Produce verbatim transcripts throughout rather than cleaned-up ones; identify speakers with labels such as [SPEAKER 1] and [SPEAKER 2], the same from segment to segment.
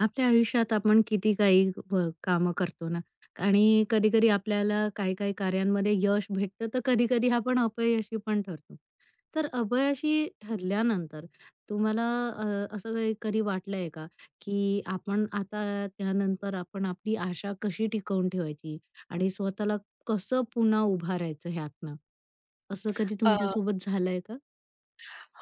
[SPEAKER 1] आपल्या आयुष्यात आपण किती काही व कामं करतो ना आणि कधी-कधी आपल्याला काही-काही कार्यांमध्ये यश भेटतं, तर कधी-कधी आपण अपयशी पण ठरतो. तर अपयशी ठरल्यानंतर तुम्हाला अ, असं काही कधी वाटलंय का, की आपण आता त्यानंतर आपण आपली आशा कशी टिकवून ठेवायची आणि स्वतःला कसं पुन्हा उभारायचं ह्यातनं? असं कधी
[SPEAKER 2] अ,
[SPEAKER 1] तुमच्यासोबत झालंय का?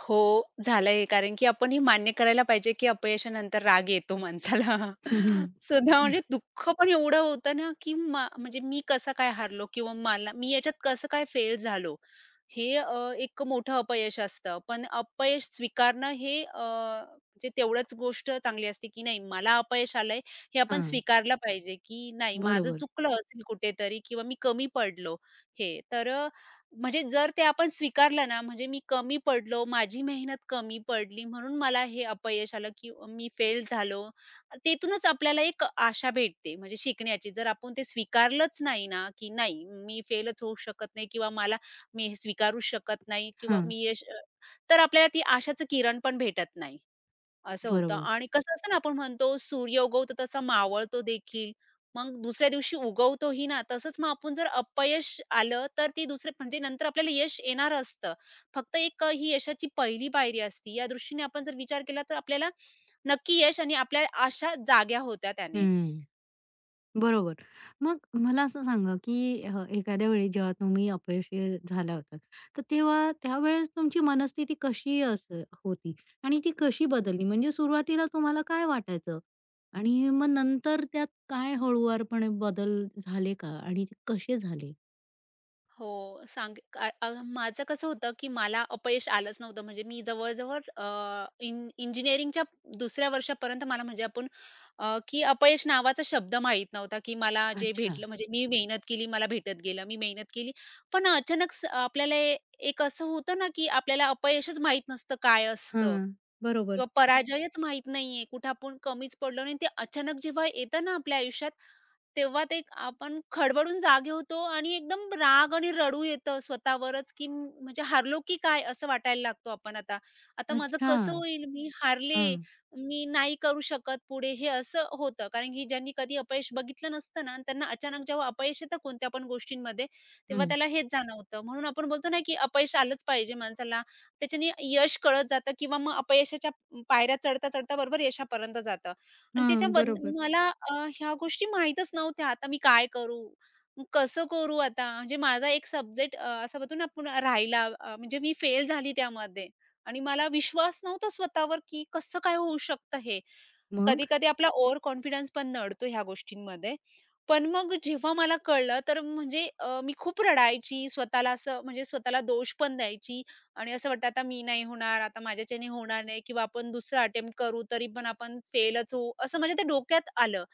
[SPEAKER 2] हो, झालंय. कारण की आपण हे मान्य करायला पाहिजे, की अपयशानंतर राग येतो माणसाला. सुद्धा म्हणजे दुःख पण एवढं होतं ना, की मा म्हणजे मी कसं काय हारलो किंवा मला मी याच्यात कसं काय फेल झालो. हे अ, एक मोठं अपयश असतं. पण अपयश स्वीकारणं हे अ, म्हणजे तेवढंच गोष्ट चांगली असते, की नाही मला अपयश आलंय हे आपण
[SPEAKER 1] हां,
[SPEAKER 2] स्वीकारलं पाहिजे, की नाही माझं
[SPEAKER 1] बरोबर.
[SPEAKER 2] चुकलं असेल कुठेतरी किंवा मी कमी पडलो हे. तर म्हणजे जर ते आपण स्वीकारलं ना, म्हणजे मी कमी पडलो, माझी मेहनत कमी पडली म्हणून मला हे अपयश आलं किंवा मी फेल झालो. तिथूनच आपल्याला एक आशा भेटते म्हणजे शिकण्याची. जर आपण ते स्वीकारलंच नाही ना, की नाही मी फेलच होऊ शकत नाही किंवा मला मी हे स्वीकारू शकत नाही किंवा
[SPEAKER 1] हां,
[SPEAKER 2] मी यश तर आपल्याला ती आशाचं किरण पण भेटत नाही. असं होतं
[SPEAKER 1] बरोबर.
[SPEAKER 2] आणि कसं असतं ना, आपण म्हणतो सूर्य उगवतो तसा मावळतो देखील. मग दुसऱ्या दिवशी उगवतोही ना, तसंच मग आपण जर अपयश आलं, तर ती दुसरे म्हणजे नंतर आपल्याला यश येणार असतं. फक्त एक ही यशाची पहिली पायरी असती. या दृष्टीने आपण जर विचार केला, तर आपल्याला नक्की यश आणि आपल्या आशा जाग्या होत्या त्याने.
[SPEAKER 1] हं. बरोबर. मग मला असं सांगा, की अ, एखाद्या वेळी जेव्हा तुम्ही अपयशी झाला होतात, तर तेव्हा त्यावेळेस तुमची मनस्थिती कशी अस होती आणि ती कशी बदलली? म्हणजे सुरुवातीला तुम्हाला काय वाटायचं? आणि मग नंतर त्यात काय हळुवारपणे बदल झाले का आणि ते कसे झाले?
[SPEAKER 2] हो, सांग का अ, माझं कसं होतं, की मला अपयश आलंच नव्हतं. म्हणजे मी जवळ-जवळ अ, इंज इंजिनिअरिंगच्या दुसऱ्या वर्षापर्यंत मला म्हणजे आपण अ, की अपयश नावाचा शब्द माहीत नव्हता, की मला जे
[SPEAKER 1] अच्छा.
[SPEAKER 2] भेटलं म्हणजे मी मेहनत केली, मला भेटत गेलं. मी मेहनत केली. पण अचानक स आपल्याला ए- एक असं होतं ना, की आपल्याला अपयशच माहीत नसतं काय असतं
[SPEAKER 1] हां.
[SPEAKER 2] किंवा
[SPEAKER 1] बरोबर.
[SPEAKER 2] पराजयच माहीत नाहीये. कुठे आपण कमीच पडलो नाही. ते अचानक जेव्हा येतं ना आपल्या आयुष्यात, तेव्हा ते एक आपण खडबडून जागे होतो आणि एकदम राग आणि रडू येतं स्वतःवरच, की म- म्हणजे हारलो की काय असं वाटायला लागतो आपण आता. आता माझं
[SPEAKER 1] अच्छा.
[SPEAKER 2] कसं होईल? मी हारले,
[SPEAKER 1] हां.
[SPEAKER 2] मी नाही करू शकत पुढे हे असं होतं. कारण की ज्यांनी कधी अपयश बघितलं नसतं ना, त्यांना अचानक जेव्हा अपयश येतं कोणत्या पण गोष्टींमध्ये, तेव्हा
[SPEAKER 1] हं.
[SPEAKER 2] त्याला हेच जाणवतं. म्हणून आपण बोलतो ना, की अपयश आलंच पाहिजे माणसाला. त्याच्याने यश कळत जातं किंवा मग अपयशाच्या पायऱ्या चढता-चढता बरोबर यशापर्यंत जातं. आणि
[SPEAKER 1] हां.
[SPEAKER 2] त्याच्याबद
[SPEAKER 1] बरोबर.
[SPEAKER 2] मला अ, ह्या गोष्टी माहीतच नव्हत्या. आता मी काय करू? मग कसं करू आता? म्हणजे माझा एक सब्जेक्ट अ, असा म्हणतो ना आपण राहिला अ, म्हणजे मी फेल झाली त्यामध्ये आणि मला विश्वास नव्हता स्वतःवर, की कसं काय होऊ शकतं हे?
[SPEAKER 1] मग?
[SPEAKER 2] कधी-कधी आपला ओव्हर कॉन्फिडन्स पण नडतो ह्या गोष्टींमध्ये. पण मग जेव्हा मला कळलं तर म्हणजे अ, मी खूप रडायची. स्वतःला असं म्हणजे स्वतःला दोष पण द्यायची आणि असं वाटतं आता मी नाही होणार, आता माझ्याच्याने होणार नाही किंवा आपण दुसरा अटेम्प्ट करू तरी पण आपण फेलच होऊ, असं म्हणजे ते डोक्यात आलं.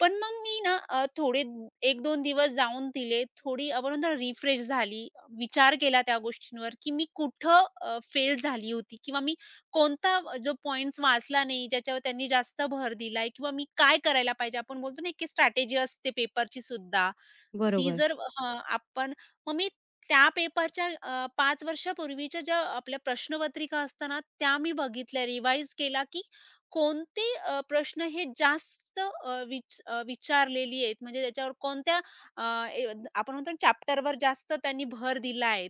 [SPEAKER 2] पण मग मी ना अ, थोडे एक दोन दिवस जाऊन दिले. थोडी आपण म्हणतो ना रिफ्रेश झाली. विचार केला त्या गोष्टींवर, की मी कुठं फेल झाली होती किंवा मी कोणता जो पॉइंट्स वाचला नाही, ज्याच्यावर त्यांनी जास्त भर दिलाय किंवा मी काय करायला पाहिजे. आपण बोलतो ना, की स्ट्रॅटेजी असते पेपरची सुद्धा. ती
[SPEAKER 1] बरोबर.
[SPEAKER 2] जर हं, आपण मग मी त्या पेपरच्या अ, पाच वर्षापूर्वीच्या ज्या आपल्या प्रश्नपत्रिका असतात त्या मी बघितल्या, रिवाईज केला, की कोणते अ, प्रश्न हे जास्त अ, विच अ, विचारलेली आहेत म्हणजे त्याच्यावर कोणत्या अ, ए आपण म्हणतो ना चॅप्टरवर जास्त त्यांनी भर दिला आहे.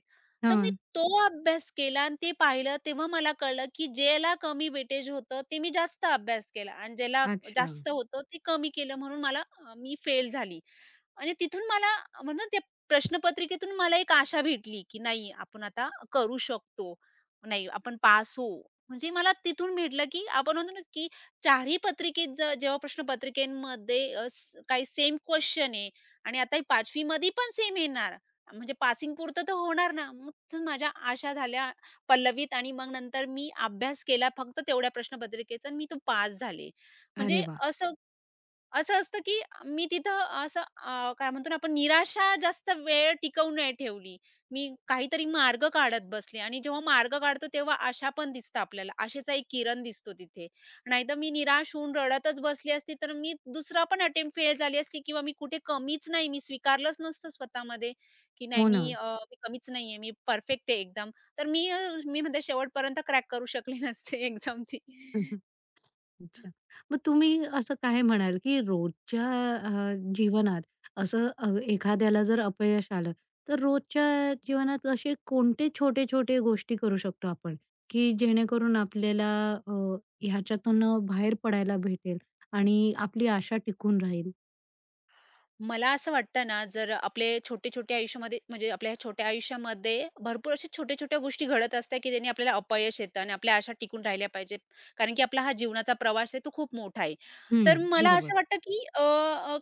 [SPEAKER 2] तर मी
[SPEAKER 1] हां.
[SPEAKER 2] तो अभ्यास केला आणि ते पाहिलं तेव्हा मला कळलं, की ज्याला कमी वेटेज होतं ते मी जास्त अभ्यास केला आणि ज्याला
[SPEAKER 1] अच्छा.
[SPEAKER 2] जास्त होतं ते कमी केलं म्हणून मला अ, मी फेल झाली. आणि तिथून मला म्हणतो त्या प्रश्नपत्रिकेतून मला एक आशा भेटली, की नाही आपण आता करू शकतो. नाही आपण पास होऊ. म्हणजे मला तिथून भेटलं, की आपण म्हणतो ना, की चारही पत्रिकेत ज जेव्हा प्रश्नपत्रिकेमध्ये अ, स काही सेम क्वेशन आहे आणि आता ही पाचवी मध्ये पण सेम येणार. म्हणजे पासिंग पुरतं तर होणार ना. मग तर माझ्या आशा झाल्या पल्लवीत आणि मग नंतर मी अभ्यास केला फक्त तेवढ्या प्रश्नपत्रिकेचा आणि मी तो पास झाले. म्हणजे
[SPEAKER 1] अरे वाह!
[SPEAKER 2] असं असं असतं, की मी तिथं असं अ, काय म्हणतो ना आपण निराशा जास्त वेळ टिकवून नाही ठेवली. मी काहीतरी मार्ग काढत बसले आणि जेव्हा मार्ग काढतो तेव्हा आशा पण दिसतं आपल्याला. आशेचा एक किरण दिसतो तिथे. नाहीतर मी निराश होऊन रडतच बसली असती, तर मी दुसरा पण अटेम्प्ट फेल झाली असती किंवा मी कुठे कमीच नाही, मी स्वीकारलंच नसतं स्वतःमध्ये, की नाही
[SPEAKER 1] हो ना.
[SPEAKER 2] मी अ, मी कमीच नाहीये, मी परफेक्ट आहे एकदम. तर मी अ, मी म्हणते शेवटपर्यंत क्रॅक करू शकले नसते एक्झामची.
[SPEAKER 1] अच्छा. मग तुम्ही असं काय म्हणाल, की रोजच्या अ, जीवनात असं अ, एखाद्याला जर अपयश आलं, तर रोजच्या जीवनात असे कोणते छोटे-छोटे गोष्टी करू शकतो आपण, की जेणेकरून आपल्याला अ, ह्याच्यातून बाहेर पडायला भेटेल आणि आपली आशा टिकून राहील?
[SPEAKER 2] मला असं वाटतं ना, जर आपले छोटे-छोटे आयुष्यामध्ये म्हणजे आपल्या ह्या छोट्या आयुष्यामध्ये भरपूर अशा छोट्या-छोट्या गोष्टी घडत असतात, की ज्यांनी आपल्याला अपयश येतं आणि आपल्या आशा टिकून राहिल्या पाहिजेत. कारण की आपला हा जीवनाचा प्रवास आहे, तो खूप मोठा आहे.
[SPEAKER 1] हं.
[SPEAKER 2] तर मला
[SPEAKER 1] बरोबर.
[SPEAKER 2] असं वाटतं, की अ, अ,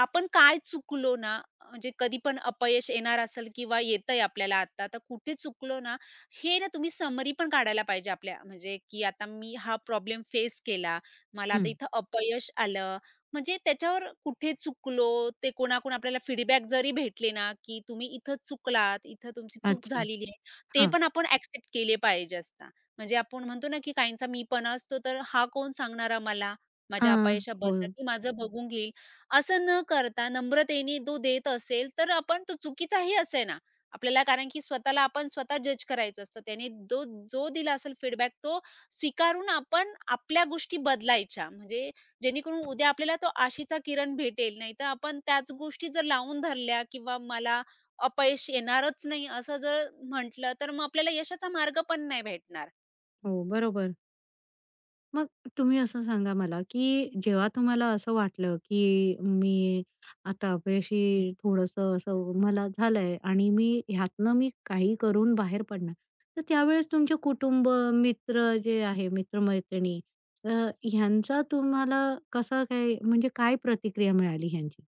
[SPEAKER 2] आपण काय चुकलो ना, म्हणजे कधी पण अपयश येणार असेल किंवा येतंय आपल्याला आता, तर कुठे चुकलो ना, हे ना तुम्ही समरी पण काढायला पाहिजे आपल्या म्हणजे, की आता मी हा प्रॉब्लेम फेस केला. मला आता
[SPEAKER 1] हं.
[SPEAKER 2] इथं अपयश आलं. म्हणजे त्याच्यावर कुठे चुकलो, ते कोणाकडून आपल्याला फीडबॅक जरी भेटले ना, की तुम्ही इथं चुकलात, इथं तुमची चूक
[SPEAKER 1] अच्छा.
[SPEAKER 2] झालेली आहे, ते
[SPEAKER 1] हां.
[SPEAKER 2] पण आपण एक्सेप्ट केले पाहिजे असता. म्हणजे आपण म्हणतो ना, की काहींचा मीपणा असतो, तर हा कोण सांगणारा मला माझ्या
[SPEAKER 1] हां. हो,
[SPEAKER 2] अपयशाबद्दल, मी माझं बघून घेईल. असं न करता नम्रतेने तो देत असेल, तर आपण तो चुकीचाही असेना आपल्याला, कारण की स्वतःला आपण स्वतः जज करायचं असतं. त्याने दो जो दिला असेल फीडबॅक, तो स्वीकारून आपण आपल्या गोष्टी बदलायच्या. म्हणजे जेणेकरून उद्या आपल्याला तो आशेचा किरण भेटेल. नाहीतर आपण त्याच गोष्टी जर लावून धरल्या किंवा मला अपयश येणारच नाही असं जर म्हटलं, तर मग आपल्याला यशाचा मार्ग पण नाही भेटणार.
[SPEAKER 1] हो. बरोबर. मग तुम्ही असं सांगा मला, की जेव्हा तुम्हाला असं वाटलं, की मी आता अपयशी थोडंसं असं मला झालंय आणि मी ह्यातनं मी काही करून बाहेर पडणार. तर त्यावेळेस तुमचे कुटुंब, मित्र जे आहे, मित्र-मैत्रिणी अ, ह्यांचा तुम्हाला कसा काय म्हणजे काय प्रतिक्रिया मिळाली ह्यांची?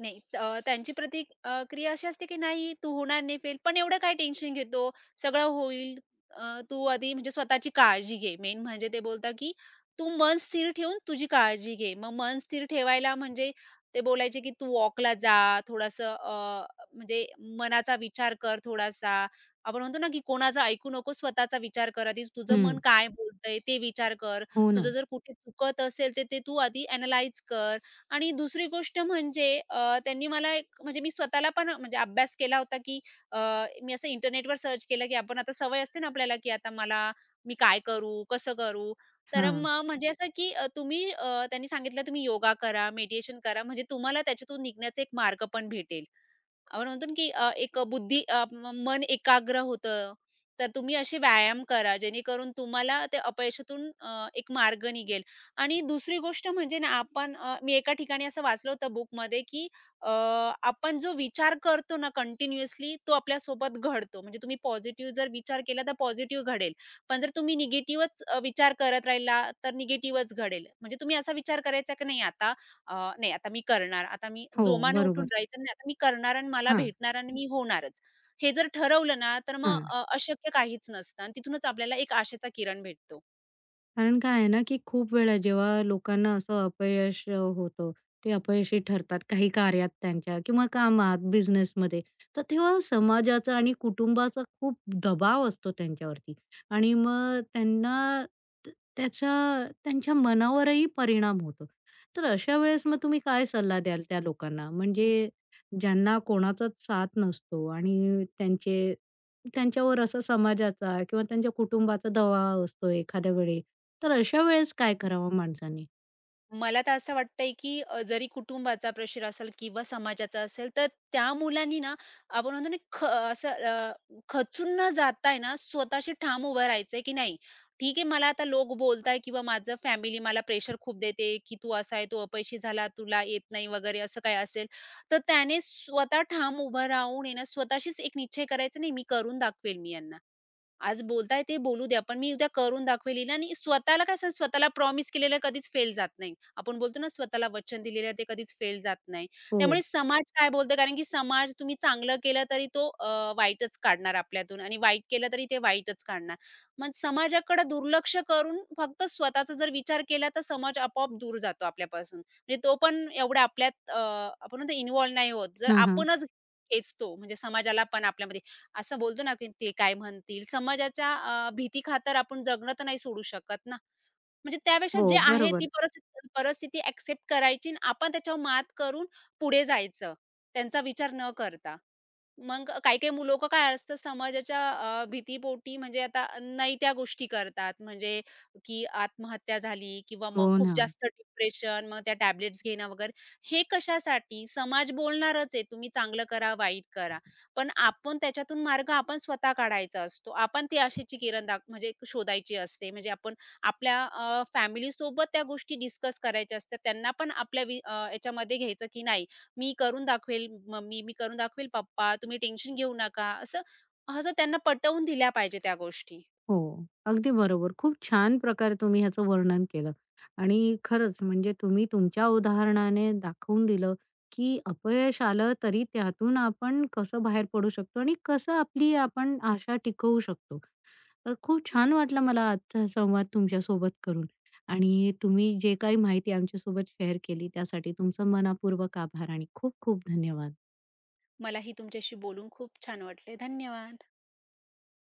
[SPEAKER 2] नाही त- अ, त्यांची प्रतिक अ, क्रिया अशी असते की नाही तू होणार नाही फेल, पण एवढं काय टेन्शन घेतो? सगळं होईल. अ, तू आधी म्हणजे स्वतःची काळजी घे. मेन म्हणजे ते बोलतात की तू मन स्थिर ठेवून तुझी काळजी घे. मग मन स्थिर ठेवायला म्हणजे ते बोलायचे की तू वॉकला जा, थोडंसं म्हणजे मनाचा विचार कर थोडासा. आपण म्हणतो ना की कोणाचं ऐकू नको, स्वतःचा विचार कर आधी. तुझं मन
[SPEAKER 1] हं.
[SPEAKER 2] काय बोलतंय ते विचार कर.
[SPEAKER 1] हो
[SPEAKER 2] तुझं
[SPEAKER 1] ना.
[SPEAKER 2] जर कुठे चुकत असेल, तर ते तू आधी अॅनलाइज कर. आणि दुसरी गोष्ट म्हणजे अ, त्यांनी मला एक म्हणजे मी स्वतःला पण म्हणजे अभ्यास केला होता, की अ, मी असं इंटरनेटवर सर्च केलं, की आपण आता सवय असते ना आपल्याला, की आता मला मी काय करू? कसं करू? तर
[SPEAKER 1] हां.
[SPEAKER 2] मग म्हणजे असं, की अ, तुम्ही अ, त्यांनी सांगितलं तुम्ही योगा करा, मेडिटेशन करा, म्हणजे तुम्हाला त्याच्यातून निघण्याचा एक मार्ग पण भेटेल. आपण म्हणतो ना, की अ, एक बुद्धी अ, म मन एकाग्र होतं. तर तुम्ही असे व्यायाम करा, जेणेकरून तुम्हाला त्या अपयशातून अ, एक मार्ग निघेल. आणि दुसरी गोष्ट म्हणजे ना, आपण अ, मी एका ठिकाणी असं वाचलं होतं बुकमध्ये, की अ, आपण जो विचार करतो ना कंटिन्युअसली, तो आपल्यासोबत घडतो. म्हणजे तुम्ही पॉझिटिव्ह जर विचार केला, तर पॉझिटिव्ह घडेल. पण जर तुम्ही निगेटिव्हच विचार करत राहिला, तर निगेटिव्हच घडेल. म्हणजे तुम्ही असा विचार करायचा, की नाही आता अ, नाही आता मी करणार. आता मी
[SPEAKER 1] हो,
[SPEAKER 2] जोमाने उठून
[SPEAKER 1] बरोबर.
[SPEAKER 2] राहायचं नाही. आता मी करणार आणि मला
[SPEAKER 1] हां,
[SPEAKER 2] भेटणार आणि मी होणारच. हे जर ठरवलं ना, तर मग
[SPEAKER 1] हां.
[SPEAKER 2] अ, अशक्य काहीच नसतं आणि तिथूनच आपल्याला एक आशेचा किरण भेटतो.
[SPEAKER 1] कारण काय आहे ना, की खूप वेळा जेव्हा लोकांना असं अपयश अ, होतं, ते अपयशी ठरतात काही कार्यात त्यांच्या किंवा कामात, बिझनेसमध्ये. तर तेव्हा समाजाचा आणि कुटुंबाचा खूप दबाव असतो त्यांच्यावरती आणि मग त्यांना त त्याचा त्यांच्या मनावरही परिणाम होतो. तर अशा वेळेस मग तुम्ही काय सल्ला द्याल त्या लोकांना? म्हणजे ज्यांना कोणाचाच साथ नसतो आणि त्यांचे त्यांच्यावर असा समाजाचा किंवा त्यांच्या कुटुंबाचा दबाव असतो एखाद्या वेळी. तर अशा वेळेस काय करावं माणसाने?
[SPEAKER 2] मला तर असं वाटतंय, की अ, जरी कुटुंबाचा प्रेशर असेल किंवा समाजाचा असेल, तर त्या मुलांनी ना, आपण म्हणतो ना, ख असं अ, खचून न जाता ना, स्वतःशी ठाम उभं राहायचंय, की नाही ठीक आहे, मला आता लोक बोलताय किंवा माझं फॅमिली मला प्रेशर खूप देते, की तू असा आहे, तू अपयशी झाला, तुला येत नाही वगैरे असं काही असेल, तर त्याने स्वतः ठाम उभं राहून आहे ना, स्वतःशीच एक निश्चय करायचा, नाही मी करून दाखवेल मी यांना. आज बोलताय ते बोलू द्या, पण मी उद्या करून दाखवेल हिला आणि स्वतःला काय असं स्वतःला प्रॉमिस केलेलं कधीच फेल जात नाही. आपण बोलतो ना स्वतःला वचन दिलेलं ते कधीच फेल जात नाही.
[SPEAKER 1] हो.
[SPEAKER 2] त्यामुळे समाज काय बोलतो कारण की समाज तुम्ही चांगलं केलं तरी तो अ, वाईटच काढणार आपल्यातून आणि वाईट केलं तरी ते वाईटच काढणार. मग समाजाकडे दुर्लक्ष करून फक्त स्वतःचा जर विचार केला तर समाज आपोआप दूर जातो आपल्यापासून. म्हणजे तो पण एवढा आपल्यात अ, आपण म्हणतो नाही होत. जर
[SPEAKER 1] हां, हां.
[SPEAKER 2] आपणच खेचतो म्हणजे समाजाला पण आपल्यामध्ये असं बोलतो ना, की ते काय म्हणतील? समाजाच्या अ, भीती खातर आपण जगणं तर नाही सोडू शकत ना. म्हणजे त्यापेक्षा
[SPEAKER 1] हो,
[SPEAKER 2] जे आहे ती
[SPEAKER 1] बरोबर.
[SPEAKER 2] परिस्थिती परिस्थिती एक्सेप्ट करायची आणि आपण त्याच्यावर मात करून पुढे जायचं, त्यांचा विचार न करता. मग काही-काही मु लोकं काय असतं समाजाच्या अ, भीतीपोटी म्हणजे आता नाही त्या गोष्टी करतात. म्हणजे की आत्महत्या झाली किंवा
[SPEAKER 1] हो
[SPEAKER 2] मग खूप
[SPEAKER 1] ना.
[SPEAKER 2] जास्त डिप्रेशन, मग त्या टॅबलेट्स घेणं वगैरे. हे कशासाठी? समाज बोलणारच आहे, तुम्ही चांगलं करा, वाईट करा. पण आपण त्याच्यातून मार्ग आपण स्वतः काढायचा असतो. आपण ती आशेची किरण दाख म्हणजे शोधायची असते. म्हणजे आपण आपल्या अ, फॅमिलीसोबत त्या गोष्टी डिस्कस करायच्या असतात. त्यांना पण आपल्या वि अ, याच्यामध्ये घ्यायचं की नाही मी करून दाखवेल मम्मी, मी करून दाखवेल पप्पा, तुम्ही टेन्शन घेऊ नका. असं असं त्यांना पटवून दिल्या पाहिजे त्या गोष्टी.
[SPEAKER 1] हो, अगदी बरोबर. खूप छान प्रकारे तुम्ही ह्याचं वर्णन केलं आणि खरंच म्हणजे तुम्ही तुमच्या उदाहरणाने दाखवून दिलं, की अपयश आलं तरी त्यातून आपण कसं बाहेर पडू शकतो आणि कसं आपली आपण आशा टिकवू शकतो. तर खूप छान वाटलं मला आजचा संवाद तुमच्यासोबत करून आणि तुम्ही जे काही माहिती आमच्यासोबत शेअर केली त्यासाठी तुमचं मनःपूर्वक आभार आणि खूप खूप धन्यवाद.
[SPEAKER 2] मलाही तुमच्याशी बोलून खूप छान वाटले. धन्यवाद.